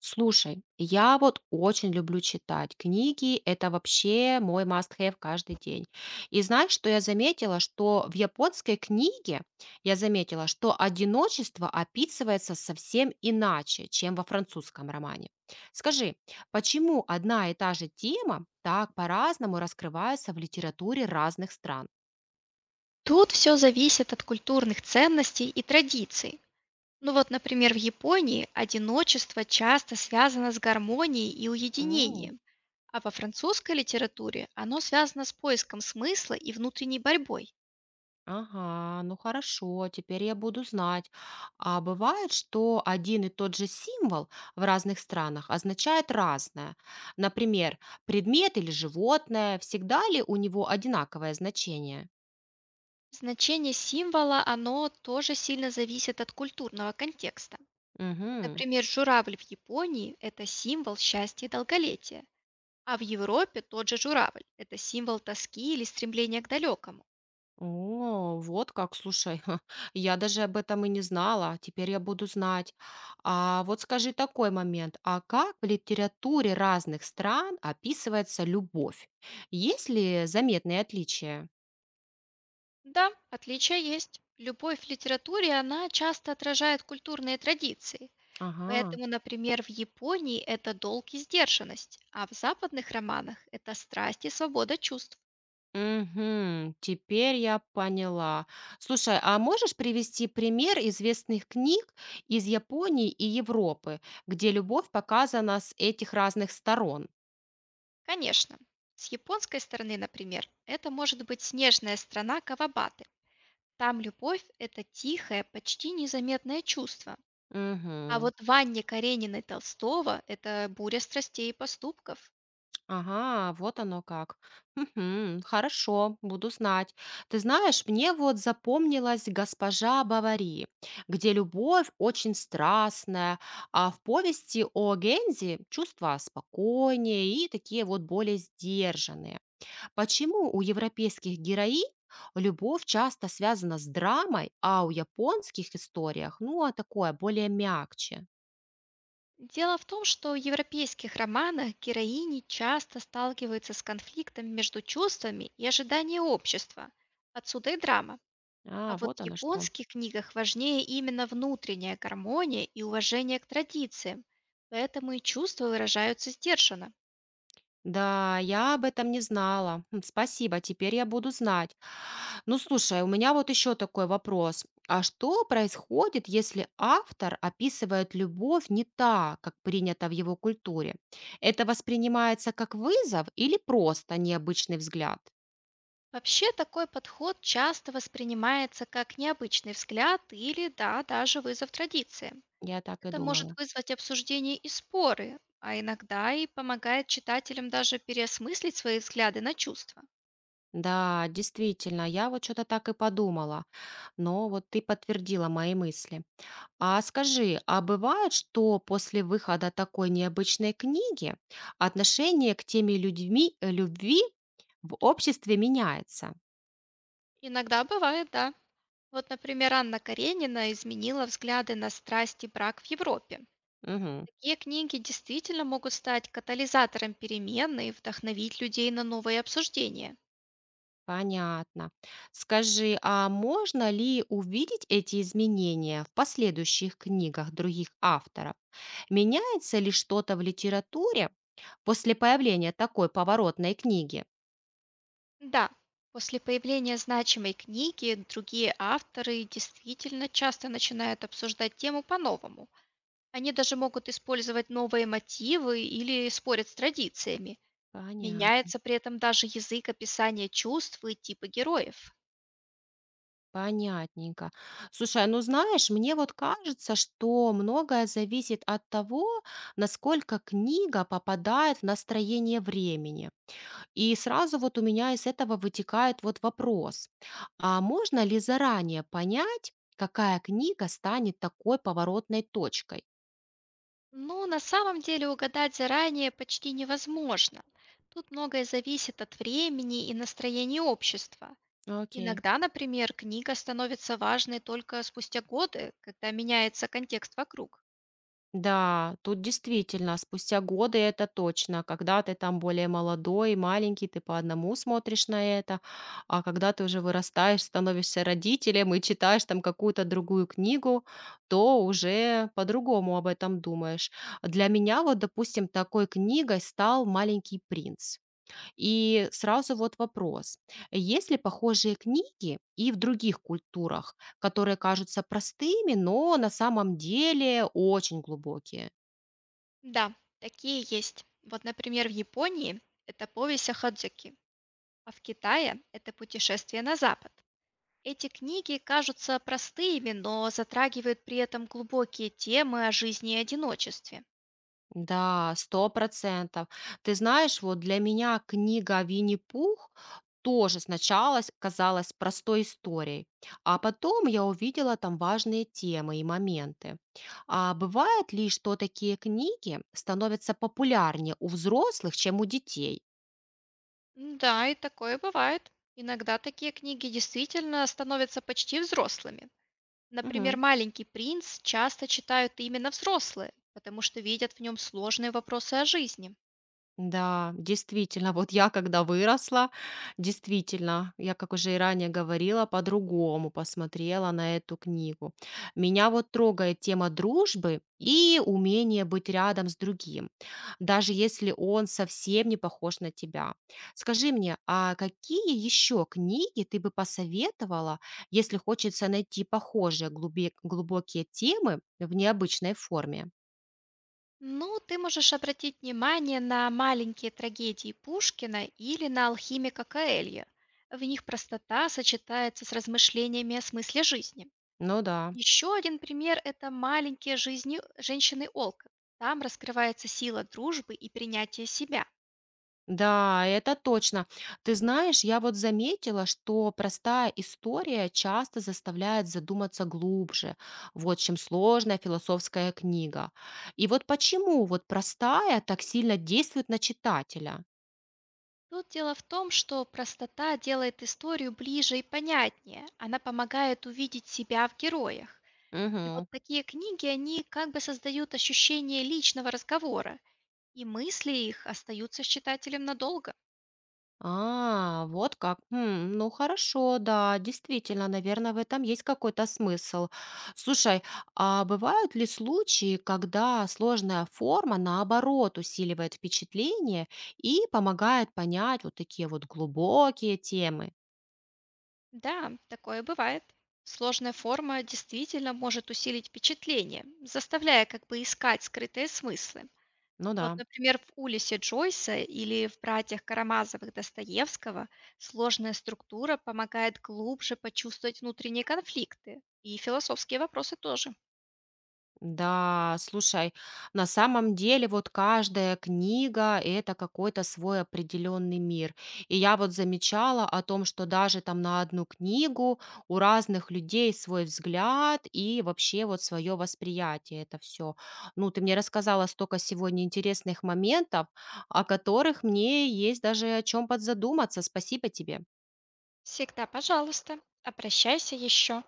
Слушай, я вот очень люблю читать. Книги– это вообще мой must-have каждый день. И знаешь, что я заметила? Что в японской книге я заметила, что одиночество описывается совсем иначе, чем во французском романе. Скажи, почему одна и та же тема так по-разному раскрывается в литературе разных стран? Тут все зависит от культурных ценностей и традиций. Ну вот, например, в Японии одиночество часто связано с гармонией и уединением, а во французской литературе оно связано с поиском смысла и внутренней борьбой. Ага, ну хорошо, теперь я буду знать. А бывает, что один и тот же символ в разных странах означает разное. Например, предмет или животное, всегда ли у него одинаковое значение? Значение символа, оно тоже сильно зависит от культурного контекста. Вот, Угу. Например, журавль в Японии– это символ счастья и долголетия, а в Европе тот же журавль– это символ тоски или стремления к далекому. О, вот как, слушай, ха, я даже об этом и не знала, теперь я буду знать. А вот скажи такой момент, а как в литературе разных стран описывается любовь? Есть ли заметные отличия? Да, отличия есть. Любовь в литературе, она часто отражает культурные традиции. Ага. Поэтому, например, в Японии это долг и сдержанность, а в западных романах это страсть и свобода чувств. Мгм. Теперь я поняла. Слушай, а можешь привести пример известных книг из Японии и Европы, где любовь показана с этих разных сторон? Конечно, с японской стороны, например, это может быть снежная страна Кавабаты. Там любовь– это тихое, почти незаметное чувство. А Мгм. вот в Анне Карениной Толстого– это буря страстей и поступков. Ага, вот оно как. Мгм. Хорошо, буду знать. Ты знаешь, мне вот запомнилась «Госпожа Бавари», где любовь очень страстная, а в повести о Гензи чувства спокойнее и такие вот более сдержанные. Почему у европейских героинь любовь часто связана с драмой, а у японских историях, ну, а такое, более мягче? Дело в том, что в европейских романах героини часто сталкиваются с конфликтом между чувствами и ожиданием общества. Отсюда и драма. А А, вот вот в оно что. японских книгах важнее именно внутренняя гармония и уважение к традициям, поэтому и чувства выражаются сдержанно. Да, я об этом не знала. М, спасибо, теперь я буду знать. Ну, слушай, у меня вот еще такой вопрос. А что происходит, если автор описывает любовь не так, как принято в его культуре? Это воспринимается как вызов или просто необычный взгляд? Вообще такой подход часто воспринимается как необычный взгляд или, да, даже вызов традициям. Я так и Это может думала. вызвать обсуждения и споры, а иногда и помогает читателям даже переосмыслить свои взгляды на чувства. Да, действительно, я вот что-то так и подумала, но вот ты подтвердила мои мысли. А скажи, а бывает, что после выхода такой необычной книги отношение к теме людьми, любви в обществе меняется? Иногда бывает, да. Вот, например, Анна Каренина изменила взгляды на страсть и брак в Европе. Мгм, Такие книги действительно могут стать катализатором перемен и вдохновить людей на новые обсуждения. понятно. Скажи, а можно ли увидеть эти изменения в последующих книгах других авторов? Меняется ли что-то в литературе после появления такой поворотной книги? Да, после появления значимой книги другие авторы действительно часто начинают обсуждать тему по-новому. Они даже могут использовать новые мотивы или спорят с традициями. Понятно, Меняется при этом даже язык описания чувств и типы героев. понятненько. Слушай, ну знаешь, мне вот кажется, что многое зависит от того, насколько книга попадает в настроение времени. И сразу вот у меня из этого вытекает вот вопрос, а можно ли заранее понять, какая книга станет такой поворотной точкой? Но на самом деле угадать заранее почти невозможно. Тут многое зависит от времени и настроения общества. Окей. Иногда, например, книга становится важной только спустя годы, когда меняется контекст вокруг. Да, тут действительно, спустя годы это точно. Когда ты там более молодой, маленький, ты по одному смотришь на это, а когда ты уже вырастаешь, становишься родителем и читаешь там какую-то другую книгу, то уже по-другому об этом думаешь. Для меня вот, допустим, такой книгой стал «Маленький принц». И сразу вот вопрос. Есть ли похожие книги и в других культурах, которые кажутся простыми, но на самом деле очень глубокие? Да, такие есть. Вот, например, в Японии это повесть о Хадзуки, а в Китае это путешествие на запад. Эти книги кажутся простыми, но затрагивают при этом глубокие темы о жизни и одиночестве. Да, сто процентов. Ты знаешь, вот для меня книга «Винни-Пух» тоже сначала казалась простой историей, а потом я увидела там важные темы и моменты. А бывает ли, что такие книги становятся популярнее у взрослых, чем у детей? М, да, и такое бывает. Иногда такие книги действительно становятся почти взрослыми. Например, «Маленький принц» часто читают именно взрослые, потому что видят в нем сложные вопросы о жизни. Да, действительно, вот я когда выросла, действительно, я, как уже и ранее говорила, по-другому посмотрела на эту книгу. Меня вот трогает тема дружбы и умение быть рядом с другим, даже если он совсем не похож на тебя. Скажи мне, а какие еще книги ты бы посоветовала, если хочется найти похожие глубокие темы в необычной форме? Ну, ты можешь обратить внимание на маленькие трагедии Пушкина или на алхимика Каэлья. В них простота сочетается с размышлениями о смысле жизни. Ну да. Еще один пример– это «Маленькие жизни женщины Олка». Там раскрывается сила дружбы и принятия себя. Да, это точно. Ты знаешь, я вот заметила, что простая история часто заставляет задуматься глубже, вот чем сложная философская книга. И вот почему вот простая так сильно действует на читателя? Тут дело в том, что простота делает историю ближе и понятнее. Она помогает увидеть себя в героях. И вот такие книги, они как бы создают ощущение личного разговора, и мысли их остаются с читателем надолго. А, вот как. М, ну хорошо, да, действительно, наверное, в этом есть какой-то смысл. Слушай, а бывают ли случаи, когда сложная форма наоборот усиливает впечатление и помогает понять вот такие вот глубокие темы? Да, такое бывает. Сложная форма действительно может усилить впечатление, заставляя как бы искать скрытые смыслы. Ну Вот, да. например, в «Улисе» Джойса или в «Братьях Карамазовых» Достоевского сложная структура помогает глубже почувствовать внутренние конфликты и философские вопросы тоже. Да, слушай, на самом деле вот каждая книга– это какой-то свой определенный мир. И я вот замечала о том, что даже там на одну книгу у разных людей свой взгляд и вообще вот свое восприятие это все. Ну, ты мне рассказала столько сегодня интересных моментов, о которых мне есть даже о чем подзадуматься. Спасибо тебе. Всегда, пожалуйста, обращайся еще.